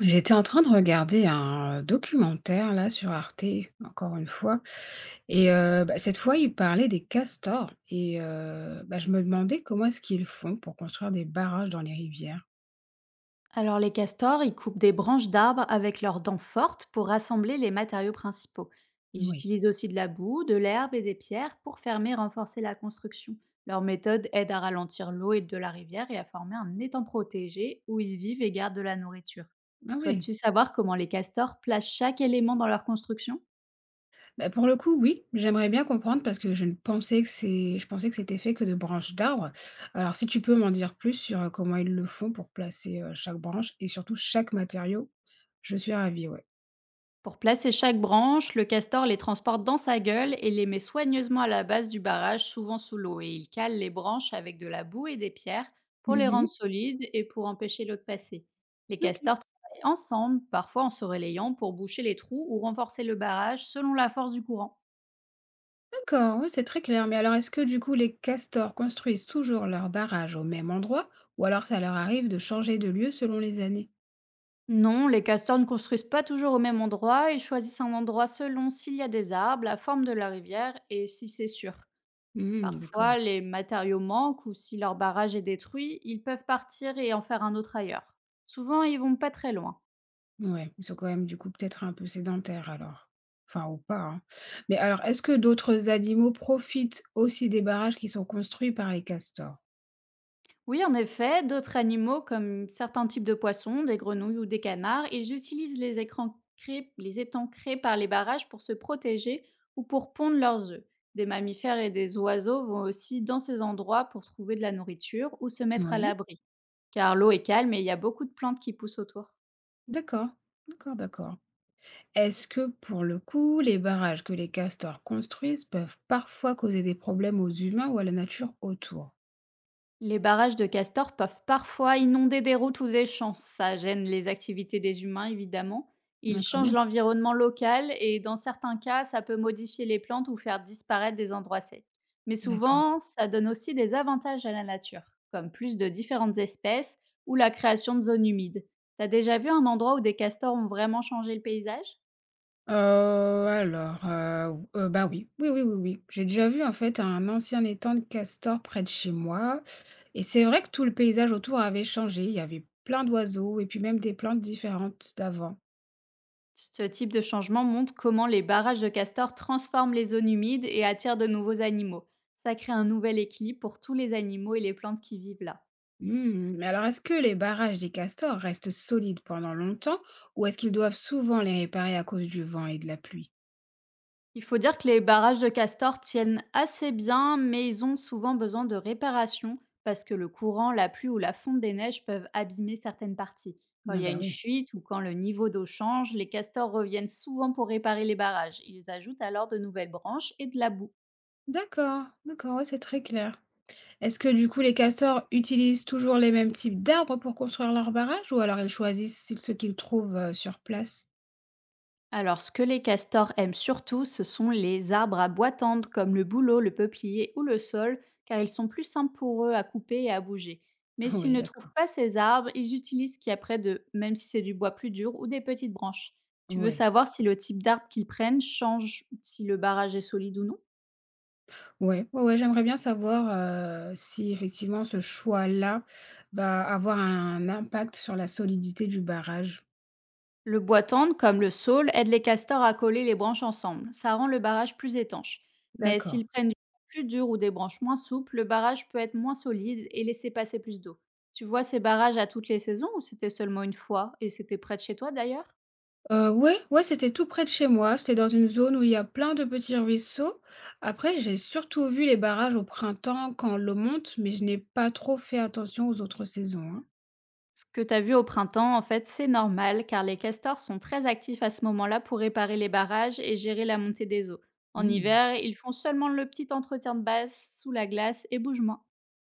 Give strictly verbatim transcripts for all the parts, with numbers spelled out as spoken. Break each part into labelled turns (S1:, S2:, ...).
S1: J'étais en train de regarder un euh, documentaire là sur Arte, encore une fois, et heu, bah, cette fois il parlait des castors et heu, bah, je me demandais comment est-ce qu'ils font pour construire des barrages dans les rivières?
S2: Alors les castors, ils coupent des branches d'arbres avec leurs dents fortes pour rassembler les matériaux principaux. Ils
S1: Oui.
S2: utilisent aussi de la boue, de l'herbe et des pierres pour fermer et renforcer la construction. Leur méthode aide à ralentir l'eau et de la rivière et à former un étang protégé où ils vivent et gardent de la nourriture.
S1: Ah oui.
S2: Souhaites-tu savoir comment les castors placent chaque élément dans leur construction?
S1: Bah, pour le coup, oui, j'aimerais bien comprendre parce que je ne pensais que c'est je pensais que c'était fait que de branches d'arbres. Alors si tu peux m'en dire plus sur, heu, comment ils le font pour placer, heu, chaque branche et surtout chaque matériau, je suis ravie, ouais.
S2: Pour placer chaque branche, le castor les transporte dans sa gueule et les met soigneusement à la base du barrage, souvent sous l'eau, et il cale les branches avec de la boue et des pierres pour les rendre
S1: Mmh.
S2: solides et pour empêcher l'eau de passer. Les
S1: OK.
S2: castors travaillent ensemble, parfois en se relayant pour boucher les trous ou renforcer le barrage selon la force du courant.
S1: D'accord, oui, c'est très clair. Mais alors, est-ce que du coup, les castors construisent toujours leur barrage au même endroit ou alors ça leur arrive de changer de lieu selon les années?
S2: Non, les castors ne construisent pas toujours au même endroit, ils choisissent un endroit selon s'il y a des arbres, la forme de la rivière et si c'est sûr.
S1: Hmm, d'accord.
S2: Parfois, les matériaux manquent ou si leur barrage est détruit, ils peuvent partir et en faire un autre ailleurs. Souvent, ils vont pas très loin.
S1: Ouais, ils sont quand même du coup peut-être un peu sédentaires alors. Enfin, ou pas, hein. Mais alors, est-ce que d'autres animaux profitent aussi des barrages qui sont construits par les castors?
S2: Oui, en effet, d'autres animaux comme certains types de poissons, des grenouilles ou des canards, ils utilisent les, écrans créés- les étangs créés par les barrages pour se protéger ou pour pondre leurs œufs. Des mammifères et des oiseaux vont aussi dans ces endroits pour trouver de la nourriture ou se mettre à
S1: Oui,
S2: l'abri, car l'eau est calme et il y a beaucoup de plantes qui poussent autour.
S1: d'accord, d'accord, d'accord. Est-ce que pour le coup, les barrages que les castors construisent peuvent parfois causer des problèmes aux humains ou à la nature autour?
S2: Les barrages de castors peuvent parfois inonder des routes ou des champs. Ça gêne les activités des humains, évidemment. Ils
S1: Ah, quand
S2: changent
S1: même.
S2: l'environnement local et dans certains cas, ça peut modifier les plantes ou faire disparaître des endroits secs. Mais
S1: D'accord.
S2: souvent, ça donne aussi des avantages à la nature, comme plus de différentes espèces ou la création de zones humides. T'as déjà vu un endroit où des castors ont vraiment changé le paysage?
S1: Heu, alors, heu, heu, bah, oui. Oui, oui, oui, oui. J'ai déjà vu en fait un ancien étang de castor près de chez moi et c'est vrai que tout le paysage autour avait changé. Il y avait plein d'oiseaux et puis même des plantes différentes d'avant.
S2: Ce type de changement montre comment les barrages de castors transforment les zones humides et attirent de nouveaux animaux. Ça crée un nouvel équilibre pour tous les animaux et les plantes qui vivent là.
S1: Mmh, mais alors est-ce que les barrages des castors restent solides pendant longtemps ou est-ce qu'ils doivent souvent les réparer à cause du vent et de la pluie?
S2: Il faut dire que les barrages de castors tiennent assez bien, mais ils ont souvent besoin de réparation parce que le courant, la pluie ou la fonte des neiges peuvent abîmer certaines parties. Quand il
S1: Ah,
S2: y a
S1: bah,
S2: une
S1: oui.
S2: fuite ou quand le niveau d'eau change, les castors reviennent souvent pour réparer les barrages. Ils ajoutent alors de nouvelles branches et de la boue.
S1: D'accord, d'accord, ouais, c'est très clair. Est-ce que du coup les castors utilisent toujours les mêmes types d'arbres pour construire leurs barrages ou alors ils choisissent c ce qu'ils trouvent, heu, sur place?
S2: Alors, ce que les castors aiment surtout, ce sont les arbres à bois tendre comme le bouleau, le peuplier ou le saule, car ils sont plus simples pour eux à couper et à bouger. Mais s'ils
S1: oui
S2: ne trouvent
S1: d'accord.
S2: pas ces arbres, ils utilisent ce qu'il y a près d'eux, même si c'est du bois plus dur ou des petites branches. Tu veux
S1: Ouais.
S2: savoir si le type d'arbre qu'ils prennent change, si le barrage est solide ou non?
S1: Ouais, ouais, ouais, j'aimerais bien savoir, heu, si effectivement ce choix-là va avoir un impact sur la solidité du barrage.
S2: Le bois tendre, comme le saule, aide les castors à coller les branches ensemble. Ça rend le barrage plus étanche. Mais
S1: D'accord.
S2: s'ils prennent du bois plus dur ou des branches moins souples, le barrage peut être moins solide et laisser passer plus d'eau. Tu vois ces barrages à toutes les saisons ou c'était seulement une fois, et c'était près de chez toi d'ailleurs?
S1: Heu, ouais, ouais, c'était tout près de chez moi. C'était dans une zone où il y a plein de petits ruisseaux. Après, j'ai surtout vu les barrages au printemps quand l'eau monte, mais je n'ai pas trop fait attention aux autres saisons, hein.
S2: Ce que tu as vu au printemps, en fait, c'est normal car les castors sont très actifs à ce moment-là pour réparer les barrages et gérer la montée des eaux. En
S1: Mmh.
S2: hiver, ils font seulement le petit entretien de base sous la glace et bougent moins.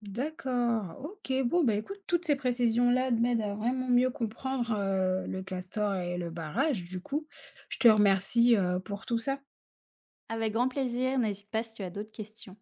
S1: D'accord, OK. Bon, bah, écoute, toutes ces précisions-là m'aident à vraiment mieux comprendre, heu, le castor et le barrage, du coup. Je te remercie, heu, pour tout ça.
S2: Avec grand plaisir, n'hésite pas si tu as d'autres questions.